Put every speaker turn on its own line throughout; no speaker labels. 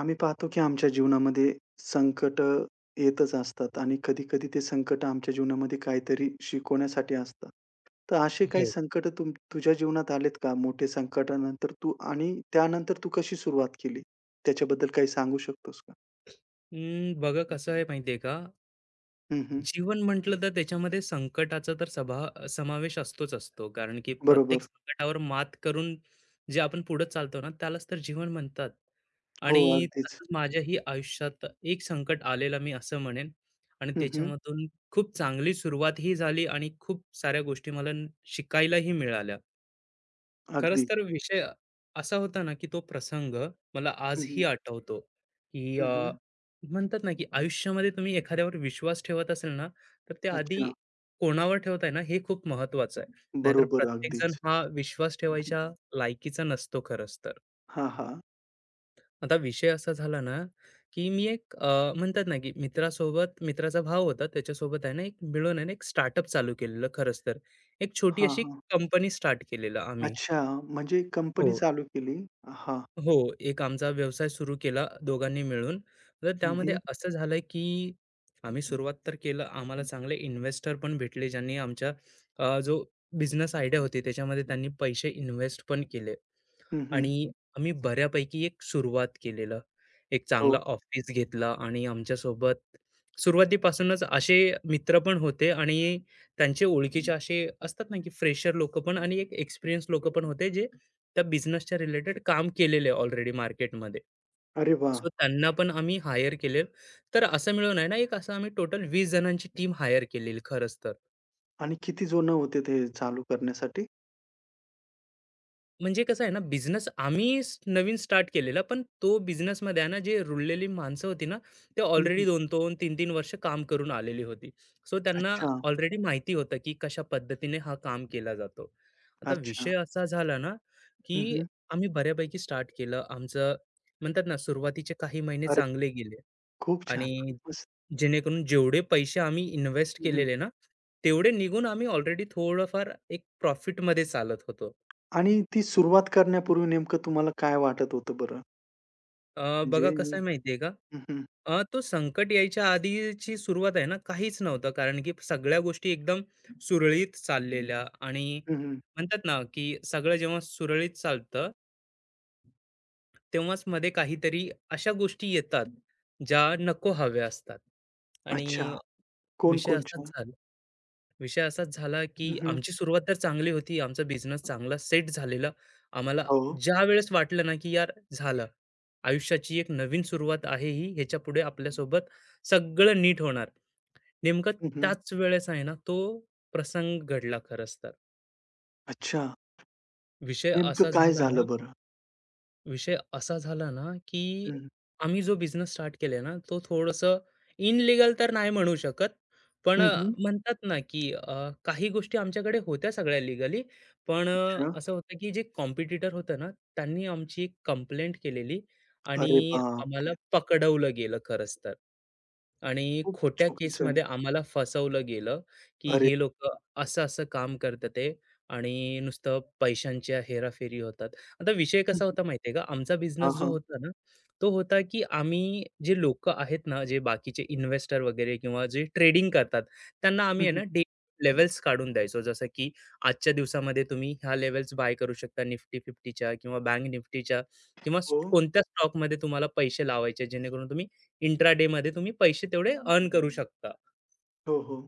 आम्ही पाहतो की आमच्या जीवनामध्ये संकट येतच असतात आणि कधी-कधी ते संकट आमच्या जीवनामध्ये काहीतरी शिकवण्यासाठी असतात. तर असे काही
हो.
संकट तुझ्या जीवनात आलेत का? मोठे संकटानंतर तू आणि त्यानंतर तू कशी सुरुवात केली? त्याच्याबद्दल काही सांगू शकतोस का?
बघा कसं आहे माहिती आहे का?
हं, हं.
जीवन म्हटलं तर त्याच्यामध्ये संकटाचा तर सभा समावेश असतोच असतो. कारण की प्रत्येक
बरोबर.
संकटावर मात करून जे आपण पुढे चालतो ना, त्यालाच तर जीवन म्हणतात.
हो,
आणि
अगदीच.
तसंच माझ्याही आयुष्यात एक संकट आलेलं मी असं म्हणेन आणि
हं, हं.
त्याच्यामधून खूप चांगली सुरुवातही झाली आणि खूप साऱ्या गोष्टी मला शिकायलाही मिळाल्या. खरंच
अगदी.
तर विषय असा होता ना, की तो प्रसंग मला
हं,
आजही
हं.
आठवतो, की अ,
हं, हं.
हं. म्हणतात ना, की आयुष्यामध्ये तुम्ही एखाद्यावर विश्वास ठेवत असेल ना, तर ते आधी
अच्छा.
कोणावर ठेवताय ना, हे खूप महत्त्वाचं आहे. नाहीतर
बरोबर, अगदीच.
प्रत्येकजण हा विश्वास
हं, हं.
ठेवायच्या लायकीचा नसतो खरंच तर.
हां, हां.
आता विषय असा झाला ना, की मी एक म्हणतात ना, की मित्रासोबत मित्राचा भाऊ होता त्याच्यासोबत आहे ना, एक मिळून आहे ना, एक स्टार्टअप चालू केलेलं खरंच तर. एक छोटी
हां,
अशी
हां.
कंपनी स्टार्ट केलेलं आम्ही.
अच्छा, म्हणजे कंपनी
हो.
चालू केली. हां.
हो, एक आमचा व्यवसाय सुरू केला दोघांनी मिळून. तर
हं,
त्यामध्ये
हं.
असं झालं की आम्ही सुरुवात तर केलं, आम्हाला चांगले इन्व्हेस्टर पण भेटले ज्यांनी आमच्या जो बिझनेस आयडिया होती त्याच्यामध्ये त्यांनी पैसे इन्व्हेस्ट पण केले.
हं, हं.
आणि आम्ही बऱ्यापैकी एक सुरुवात केलेलं. एक चांगला
हो.
ऑफिस घेतला आणि आमच्यासोबत सुरुवातीपासूनच असे मित्र पण होते आणि त्यांचे ओळखीचे असे असतात ना, की फ्रेशर लोकं पण आणि एक एक्सपिरियन्स लोकं पण होते, जे त्या बिझनेसच्या रिलेटेड काम केलेले ऑलरेडी मार्केटमध्ये.
अरे वाह!
सो त्यांना पण आम्ही हायर केले. तर असं मिळून आहे ना, एक असं आम्ही टोटल 20 जणांची टीम हायर केलेली खरंच तर.
आणि किती जण होते ते चालू करण्यासाठी?
म्हणजे कसं आहे ना, बिझनेस आम्ही नवीन स्टार्ट केलेला, पण तो बिझनेसमध्ये आहे ना, जे रुळलेली माणसं होती ना, ते
हं,
ऑलरेडी
हं.
2-2, 3-3 वर्ष काम करून आलेली होती. सो त्यांना
अच्छा,
ऑलरेडी माहिती होतं, की कशा पद्धतीने हा काम केला जातो. आता
अच्छा.
विषय असा झाला ना,
हं,
की
हं.
आम्ही बऱ्यापैकी स्टार्ट केलं. आमचं म्हणतात ना, सुरुवातीचे काही महिने
अरे
चांगले गेले
खूप छान,
आणि
खूप मस्त.
जेणेकरून जेवढे पैसे आम्ही इन्व्हेस्ट
हं, हं.
केलेले ना, तेवढे निघून आम्ही ऑलरेडी थोडंफार एक प्रॉफिटमध्ये चालत होतो.
आणि ती सुरुवात करण्यापूर्वी नेमकं तुम्हाला काय वाटत होतं बरं?
बघा
म्हणजे
कसं आहे माहिती का?
हं, हं.
तो संकट यायच्या आधीची सुरुवात आहे ना, काहीच नव्हतं. कारण की सगळ्या गोष्टी एकदम सुरळीत चाललेल्या आणि
हं, हं.
म्हणतात ना, की सगळं जेव्हा सुरळीत चालतं, तेव्हाच मध्ये काहीतरी अशा गोष्टी येतात, ज्या नको हव्या असतात.
अच्छा.
आणि विषय असाच
कोण-कोणच्या?
झाला विषय असाच झाला,
हं,
की
हं.
आमची सुरुवात तर चांगली होती. आमचा बिझनेस चांगला सेट झालेला. आम्हाला
हो.
ज्या वेळेस वाटलं ना, की यार झालं. आयुष्याची एक नवीन सुरुवात आहे ही. ह्याच्यापुढे आपल्यासोबत सगळं नीट होणार. नेमकं
हं, हं.
त्याच वेळेस आहे ना, तो प्रसंग घडला खरंच तर.
अच्छा.
विषय
नेमकं
असा
काय
झाला ना
झालं बरं?
विषय असा झाला ना, की
हं, हं.
आम्ही जो बिझनेस स्टार्ट केलाय ना, तो थोडंसं इनलीगल तर नाही म्हणू शकत. पण
हं, हं.
म्हणतात ना, की काही गोष्टी आमच्याकडे होत्या सगळ्या लीगली. पण
अच्छा.
असं होतं, की जे कॉम्पिटिटर होतं ना, त्यांनी आमची एक कंप्लेंट केलेली
अरे
आणि आम्हाला
बापरे!
पकडवलं गेलं खरंच तर. आणि
खूप
खोट्या
चुकीचं आहे.
केसमध्ये आम्हाला फसवलं गेलं, की
अरे
हे लोकं असं-असं काम करतात आहे आणि नुसतं पैशांच्या हेराफेरी होतात. आता विषय
हं,
कसा
हं.
होता माहितीये का? आमचा बिझनेस
हां,
जो
हां.
होता ना, तो होता की आम्ही जे लोकं आहेत ना, जे बाकीचे इन्व्हेस्टर वगैरे किंवा जे ट्रेडिंग करतात, त्यांना आम्ही
हं,
आहे
हं.
ना डे लेव्हल्स काढून द्यायचो. जसं की आजच्या दिवसामध्ये तुम्ही ह्या लेवल्स बाय करू शकता निफ्टी 50च्या किंवा बँक निफ्टीच्या किंवा
हो.
कोणत्या स्टॉकमध्ये तुम्हाला पैसे लावायचे, जेणेकरून तुम्ही इंट्राडेमध्ये तुम्ही पैसे तेवढे अर्न करू शकता.
हो, हो.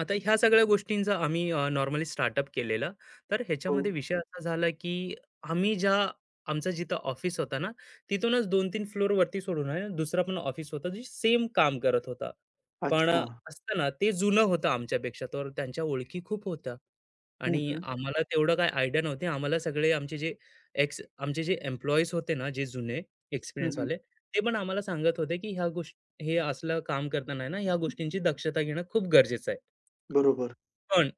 आता ह्या सगळ्या गोष्टींचा आम्ही नॉर्मली स्टार्टअप केलेलं. तर
हो.
ह्याच्यामध्ये विषय असा झाला, की आम्ही ज्या आमचं जिथं ऑफिस होतं ना, तिथूनच 2-3 फ्लोरवरती सोडून आहे ना, दुसरा पण ऑफिस होता, जे सेम काम करत होता. पण
अच्छा.
ना, ते जुनं होतं आमच्यापेक्षा, तर त्यांच्या ओळखी खूप होत्या.
हं,
आणि
हं.
आम्हाला तेवढं काही आयडिया नव्हती. आम्हाला सगळे आमचे जे आमचे जे एम्प्लॉईज होते ना, जे जुने
हं, हं.
एक्सपिरियन्सवाले, ते पण आम्हाला सांगत होते, की ह्या गोष्टी हे असलं काम करताना आहे ना, ह्या गोष्टींची दक्षता घेणं खूप गरजेचं आहे.
बरोबर.
पण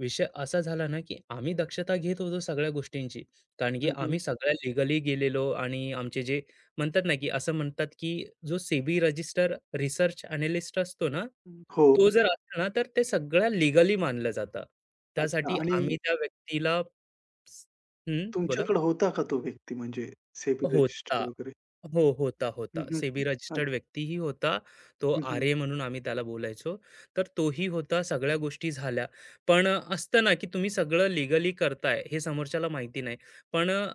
विषय असा झाला ना, की आम्ही दक्षता घेत होतो सगळ्या गोष्टींची. कारण की
हं, हं.
आम्ही सगळ्या लिगली गेलेलो आणि आमचे जे म्हणतात ना, की असं म्हणतात, की जो सेबी रजिस्टर रिसर्च एनालिस्ट असतो ना,
हं. हो.
तो जर असला ना, तर ते सगळ्या लिगली मानलं जातं.
अच्छा
त्यासाठी
आणि
आम्ही त्या व्यक्तीला स- हं, बोला.
तुमच्याकडे होता का तो व्यक्ती म्हणजे सेबी रजिस्टर्ड
होता.
वगैरे?
हो, होता,
हं,
होता.
हं,
सेबी
हं.
रजिस्टर्ड
अच्छा.
व्यक्तीही होता. तो
हं, हं.
आर्य म्हणून आम्ही त्याला बोलायचो. तर तोही होता, सगळ्या गोष्टी झाल्या. पण असतं ना, की तुम्ही सगळं लीगली करताय हे समोरच्याला माहिती नाही. पण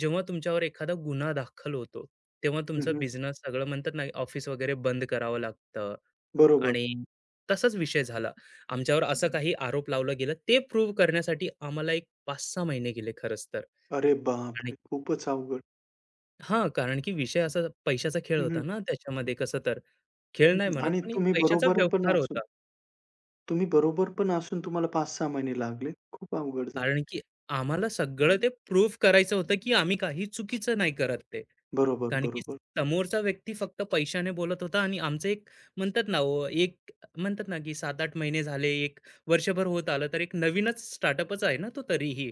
जेव्हा तुमच्यावर एखादा गुन्हा दाखल होतो, तेव्हा तुमचा
हं, हं.
बिझनेस सगळं म्हणतात ना, ऑफिस वगैरे बंद करावं लागतं
बरोबर.
आणि तसाच विषय झाला. आमच्यावर असं काही आरोप लावला गेला. ते प्रूव्ह करण्यासाठी आम्हाला एक 5-6 महिने गेले खरंच तर.
अरे बापरे! खूपच अवघड.
हां, कारण की विषय असा पैशाचा खेळ
हं,
होता
हं.
ना त्याच्यामध्ये कसं तर. खेळ
हं,
नाही
हं.
म्हणत,
आणि
पण एक
तुम्ही
पैशाचा
बरोबर पण
व्यवहार
असून
होता.
तुम्ही बरोबर पण असून तुम्हाला 5-6 महिने लागले. खूप अवघड झालं.
कारण की आम्हाला सगळं ते प्रूव्ह करायचं होतं, की आम्ही काही चुकीचं नाही करत ते.
बरोबर,
कारण की
बरोबर.
समोरचा व्यक्ती फक्त पैशाने बोलत होता आणि आमचं एक म्हणतात ना, की 7-8 महिने झाले, 1 वर्षभर होत आलं, तर एक नवीनच स्टार्टअपच आहे ना तो तरीही.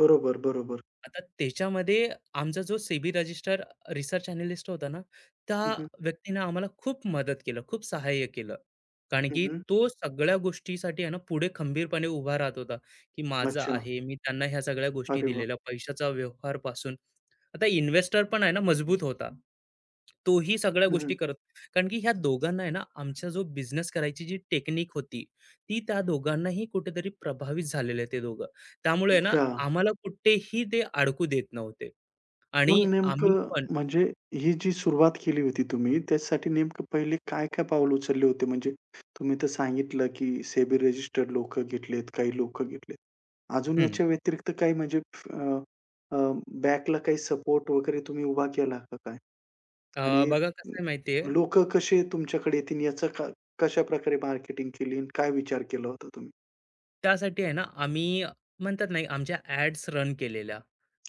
बरोबर, बरोबर.
आता त्याच्यामध्ये आमचा जो सेबी रजिस्टर रिसर्च अॅनॅलिस्ट होता ना, त्या
हं, हं.
व्यक्तीनं आम्हाला खूप मदत केलं, खूप सहाय्य केलं. कारण
हं,
की
हं.
तो सगळ्या गोष्टीसाठी आहे ना, पुढे खंबीरपणे उभा राहत होता, की माझं
अच्छा.
आहे. मी त्यांना ह्या सगळ्या गोष्टी
अरे वाह!
दिलेल्या, पैशाचा व्यवहारपासून. आता इन्व्हेस्टर पण आहे ना, मजबूत होता. तोही सगळ्या
हं,
गोष्टी
हं.
करत कारण की ह्या दोघांना आहे ना, आमचा जो बिझनेस करायची जी टेक्निक होती, ती त्या दोघांनाही कुठेतरी प्रभावित झालेले ते दोघं. त्यामुळे आहे ना,
अच्छा.
आम्हाला कुठेही ते अडकू देत नव्हते
मग
आणि आम्ही
नेमकं
पण
म्हणजे ही जी सुरुवात केली होती तुम्ही, त्याच्यासाठी नेमकं पहिले काय-काय पाऊल उचलले होते? म्हणजे तुम्ही तर सांगितलं, की सेबी रजिस्टर्ड लोकं घेतलेत, काही लोकं घेतलेत. अजून
हं,
याच्या व्यतिरिक्त काही म्हणजे अ, अ, बॅकला काही सपोर्ट वगैरे तुम्ही उभा केला का काय? आणि
बघा कसं आहे माहिती आहे,
लोकं कसे तुमच्याकडे येतील याचं कशाप्रकारे मार्केटिंग केली आणि काय विचार केला होता तुम्ही?
त्यासाठी आहे ना, आम्ही म्हणतात नाही आमच्या ॲड्स रन केलेल्या.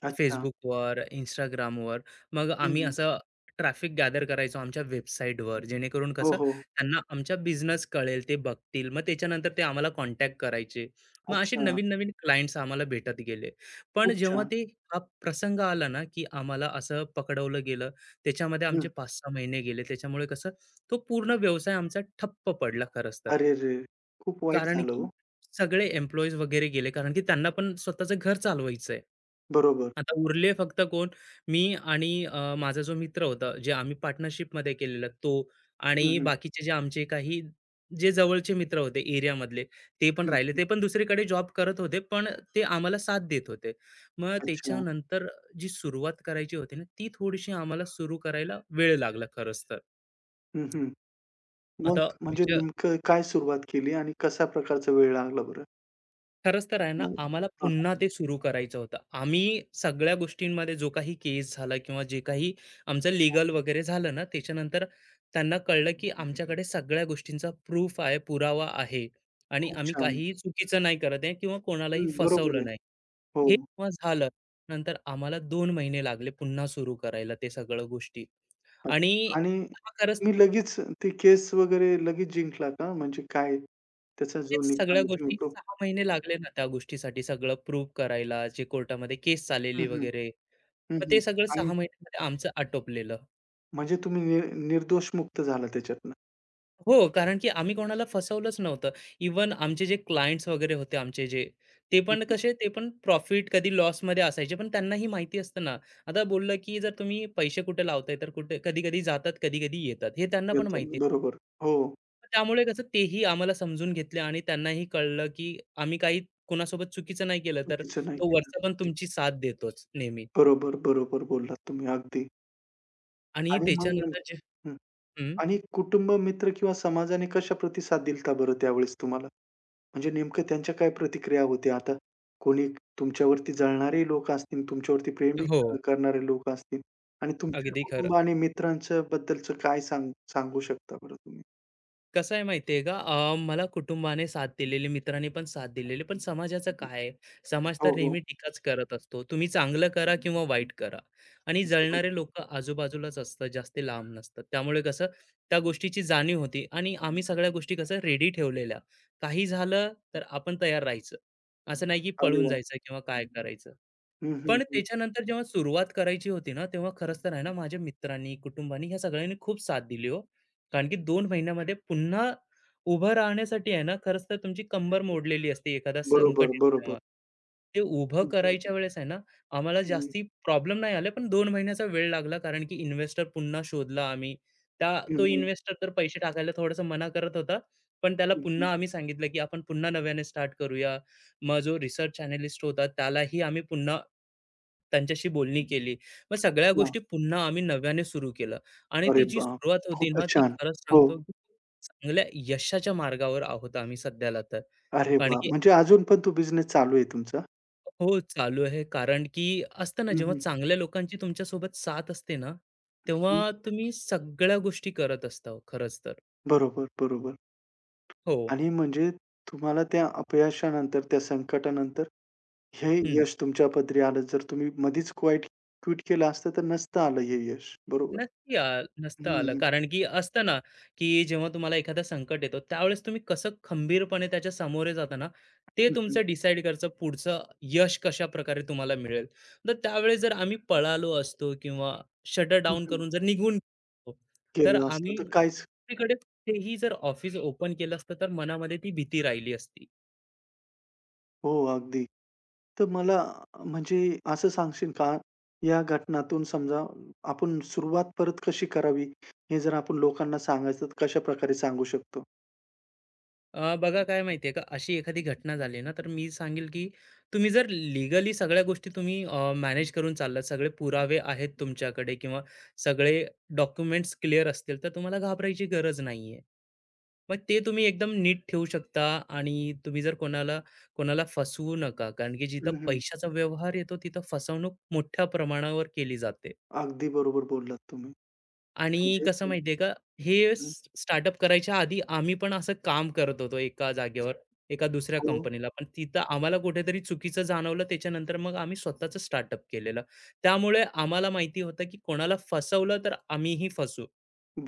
अच्छा.
Facebookवर, Instagramवर. मग आम्ही
हं,
असं ट्रॅफिक गॅदर करायचो आमच्या वेबसाईटवर, जेणेकरून
हो,
कसं
हो.
त्यांना आमचा बिझनेस कळेल, ते बघतील. मग त्याच्यानंतर ते आम्हाला कॉन्टॅक्ट करायचे. मग असे
अच्छा.
नवीन-नवीन क्लायंट्स आम्हाला भेटत गेले. पण
खूप
जेव्हा
छान.
ते हा प्रसंग आला ना, की आम्हाला असं पकडवलं गेलं, त्याच्यामध्ये आमचे
हं.
5-6 महिने गेले. त्याच्यामुळे कसं तो पूर्ण व्यवसाय आमचा ठप्प पडला खरंच तर.
अरेरे! खूप वाईट
कारण
झालं
की
हो.
सगळे एम्प्लॉईज वगैरे गेले, कारण की त्यांना पण स्वतःचं घर चालवायचंय.
बरोबर.
आता उरले फक्त कोण? मी आणि माझा जो मित्र होता, जे आम्ही पार्टनरशिपमध्ये केलेलं, तो
हं,
आणि
हं.
बाकीचे जे आमचे काही जे जवळचे मित्र होते एरियामधले, ते पण
हं,
राहिले.
हं.
ते पण दुसरीकडे जॉब करत होते, पण ते आम्हाला साथ देत होते. मग
अच्छा.
त्याच्यानंतर जी सुरुवात करायची होती ना, ती थोडीशी आम्हाला सुरू करायला वेळ लागला खरंच तर.
हं, हं. मग
आता
म्हणजे
विषय
नेमकं काय सुरुवात केली आणि कशा प्रकारचा वेळ लागला बरं?
खरंच तर आहे ना,
मग
आम्हाला
हां,
पुन्हा ते सुरू करायचं होतं. आम्ही सगळ्या गोष्टींमध्ये जो काही केस झाला किंवा जे काही आमचं
हां.
लीगल वगैरे झालं ना, त्याच्यानंतर त्यांना कळलं, की आमच्याकडे सगळ्या गोष्टींचा प्रूफ आहे, पुरावा आहे आणि
खूप
आम्ही
छान.
काहीही चुकीचं नाही करत आहे किंवा कोणालाही
हं, बरोबर
फसवलं
आहे.
नाही.
हो.
हे जेव्हा झालं, नंतर आम्हाला 2 महिने लागले पुन्हा सुरू करायला ते सगळं गोष्टी आणि
अच्छा आणि
हा खरंच
तुम्ही लगेच ते केस वगैरे लगेच जिंकला का? म्हणजे काय त्याचा जो
तेच
निकाल
सगळ्या
आहे तुम्ही
गोष्टी
तो
6 महिने लागले ना त्या गोष्टीसाठी सगळं प्रूव्ह करायला, जे कोर्टामध्ये केस चाललेली
हं, हं.
वगैरे.
हं,
मग
हं.
ते सगळं
आणि
6 महिन्यामध्ये आमचं आटोपलेलं.
म्हणजे तुम्ही निर्दोष मुक्त झाला त्याच्यातनं.
हो, कारण की आम्ही कोणाला फसवलंच नव्हतं. इव्हन आमचे जे क्लायंट्स वगैरे होते आमचे जे, ते
हं,
पण
हं.
कसे ते पण प्रॉफिट कधी लॉसमध्ये असायचे, पण त्यांनाही माहिती असतं ना. आता बोललं की जर तुम्ही पैसे कुठे लावताय, तर कुठे कधी-कधी जातात, कधी-कधी येतात. हे त्यांना पण
येतो.
माहिती
बरोबर. हो.
मग त्यामुळे कसं तेही आम्हाला समजून घेतले आणि त्यांनाही कळलं, की आम्ही काही कोणासोबत चुकीचं नाही केलं, तर
चुकीचं नाही
तो
केलं.
वरचा पण तुमची साथ देतोच नेहमी.
बरोबर, बरोबर बोललात तुम्ही अगदी.
आणि
आणि मग नेमकं
त्याच्यानंतर
हं.
हं.
आणि कुटुंब, मित्र किंवा समाजाने कसा प्रतिसाद दिला बरं त्यावेळेस तुम्हाला? म्हणजे नेमकं त्यांच्या काय प्रतिक्रिया होत्या? आता कोणी तुमच्यावरती जळणारेही लोकं असतील, तुमच्यावरती प्रेमही
हो.
क करणारे लोकं असतील आणि तुमच्या
अगदी
कुटुंब
खरं.
आणि मित्रांच्या बद्दलचं काय सांगू शकता बरं तुम्ही?
कसं आहे माहिती का? मला कुटुंबाने साथ दिलेली, मित्रांनी पण साथ दिलेली, पण समाजाचं काय आहे? समाज
हो,
तर
हो.
नेहमी टीकाच करत असतो. तुम्ही चांगलं करा किंवा वाईट करा आणि जळणारे
बरोबर.
लोकं आजूबाजूलाच असतात, जास्त लांब नसतात. त्यामुळे कसं त्या गोष्टीची जाणीव होती आणि आम्ही सगळ्या गोष्टी कसं रेडी ठेवलेल्या. काही झालं तर आपण तयार राहायचं. असं नाही की
अरे
पळून
वाह!
जायचं किंवा काय करायचं.
हं, हं,
पण
हं.
त्याच्यानंतर जेव्हा सुरुवात करायची होती ना, तेव्हा खरंच तर आहे ना, माझ्या मित्रांनी, कुटुंबानी ह्या सगळ्यांनी खूप साथ दिली हो. कारण की 2 महिन्यामध्ये पुन्हा उभं राहण्यासाठी आहे ना, खरंच तर तुमची कंबर मोडलेली असते, एखादा संकट
बरोबर,
येतो
बरोबर.
तेव्हा. ते उभं
म्हणजे
करायच्या वेळेस आहे ना, आम्हाला
हं,
जास्ती प्रॉब्लेम नाही आले, पण 2 महिन्याचा वेळ लागला, कारण की इन्व्हेस्टर पुन्हा शोधला आम्ही. त्या
हं,
तो
हं,
इन्व्हेस्टर तर पैसे टाकायला थोडासा मना करत होता, पण त्याला
हं, हं.
पुन्हा आम्ही सांगितलं, की आपण पुन्हा नव्याने स्टार्ट करूया. मग जो रिसर्च एनालिस्ट होता, त्यालाही आम्ही पुन्हा त्यांच्याशी बोलणी केली. मग सगळ्या गोष्टी पुन्हा आम्ही नव्याने सुरू केलं. आणि ती
अरे
जी
वाह!
सुरुवात होती ना,
खूपच
ती
छान.
खरंच
हो.
सांगतो की चांगल्या यशाच्या मार्गावर आहोत आम्ही सध्याला तर.
अरे
कारण
वाह!
की
म्हणजे अजून पण तो बिझनेस चालू आहे तुमचा?
हो, चालू आहे. कारण की असतं ना,
हं,
जेव्हा
हं.
चांगल्या लोकांची तुमच्यासोबत साथ असते ना, तेव्हा तुम्ही सगळ्या गोष्टी करत असता हो, खरंच तर.
बरोबर, बरोबर.
हो.
आणि म्हणजे तुम्हाला त्या अपयशानंतर, त्या संकटानंतर हे
हं.
यश तुमच्या पदरी आलं. जर तुम्ही मधीच क्विट केलं असतं, तर नसतं आलं हे यश. बरोबर.
नक्की आ नसतं आलं.
हं,
कारण की असतं ना, की जेव्हा तुम्हाला एखादा संकट येतो, त्यावेळेस तुम्ही कसं खंबीरपणे त्याच्या सामोरे जाता ना, ते
हं, हं,
तुमचं डिसाईड करतं पुढचं यश कशाप्रकारे तुम्हाला मिळेल. तर त्यावेळेस जर आम्ही पळालो असतो किंवा शटर
हं,
डाउन
हं.
करून जर निघून गेलो असतो, तर
केलं असतं
आम्ही
तर काहीच
दुसरीकडे तेही जर ऑफिस ओपन केलं असतं, तर मनामध्ये ती भीती राहिली असती.
हो, अगदी. तर मला म्हणजे असं सांगशील का, या घटनातून समजा आपण सुरुवात परत कशी करावी, हे जर आपण लोकांना सांगायचं तर कशाप्रकारे सांगू शकतो?
बघा काय माहितीये का, अशी एखादी घटना झाली ना, तर मी सांगेल की तुम्ही जर लीगली सगळ्या गोष्टी तुम्ही मॅनेज करून चाललात, सगळे पुरावे आहेत तुमच्याकडे किंवा सगळे डॉक्युमेंट्स क्लिअर असतील, तर तुम्हाला घाबरायची गरज नाहीये. मग ते तुम्ही एकदम नीट ठेवू शकता आणि तुम्ही जर कोणाला कोणाला फसवू नका. कारण की जिथं
हं, हं.
पैशाचा व्यवहार येतो, तिथं फसवणूक मोठ्या प्रमाणावर केली जाते.
अगदी बरोबर बोललात तुम्ही.
आणि
म्हणजे
कसं
ते
माहितीये का, हे
हं.
स्टार्टअप करायच्या आधी आम्ही पण असं काम करत होतो एका जागेवर, एका दुसऱ्या
हो.
कंपनीला. पण तिथं आम्हाला कुठेतरी चुकीचं जाणवलं. त्याच्यानंतर मग आम्ही स्वतःचं स्टार्टअप केलेलं. त्यामुळे आम्हाला माहिती होतं, की कोणाला फसवलं तर आम्हीही फसू.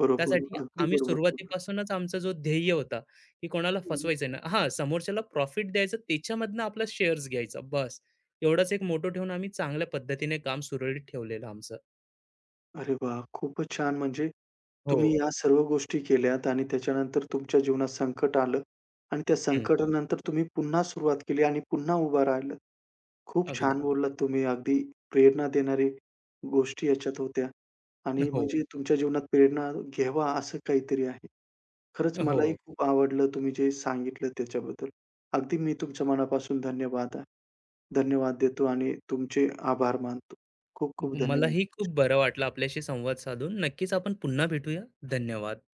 बरोबर.
त्यासाठी
अगदी
आम्ही
बरोबर बोललात.
सुरुवातीपासूनच आमचा जो ध्येय होता, की कोणाला
हं.
फसवायचं नाही. हां, समोरच्याला प्रॉफिट द्यायचं, त्याच्यामधनं आपला शेअर्स घ्यायचा बस. एवढंच एक मोटो ठेवून आम्ही चांगल्या पद्धतीने काम सुरळीत ठेवलेलं आमचं.
अरे वाह! खूपच छान. म्हणजे तुम्ही
हो.
या सर्व गोष्टी केल्यात आणि त्याच्यानंतर तुमच्या जीवनात संकट आलं आणि त्या
हं.
संकटानंतर तुम्ही पुन्हा सुरुवात केली आणि पुन्हा उभा राहिलात. खूप
अगदी.
छान बोललात तुम्ही. अगदी प्रेरणा देणारी गोष्टी याच्यात होत्या आणि
हो.
म्हणजे तुमच्या जीवनात प्रेरणा घ्यावा असं काहीतरी आहे. खरंच
हो.
मलाही खूप आवडलं तुम्ही जे सांगितलं त्याच्याबद्दल. अगदी मी तुमच्या मनापासून धन्यवाद धन्यवाद देतो आणि तुमचे आभार मानतो. खूप खूप धन्यवाद.
मलाही खूप बरं वाटलं आपल्याशी संवाद साधून. नक्कीच आपण पुन्हा भेटूया. धन्यवाद.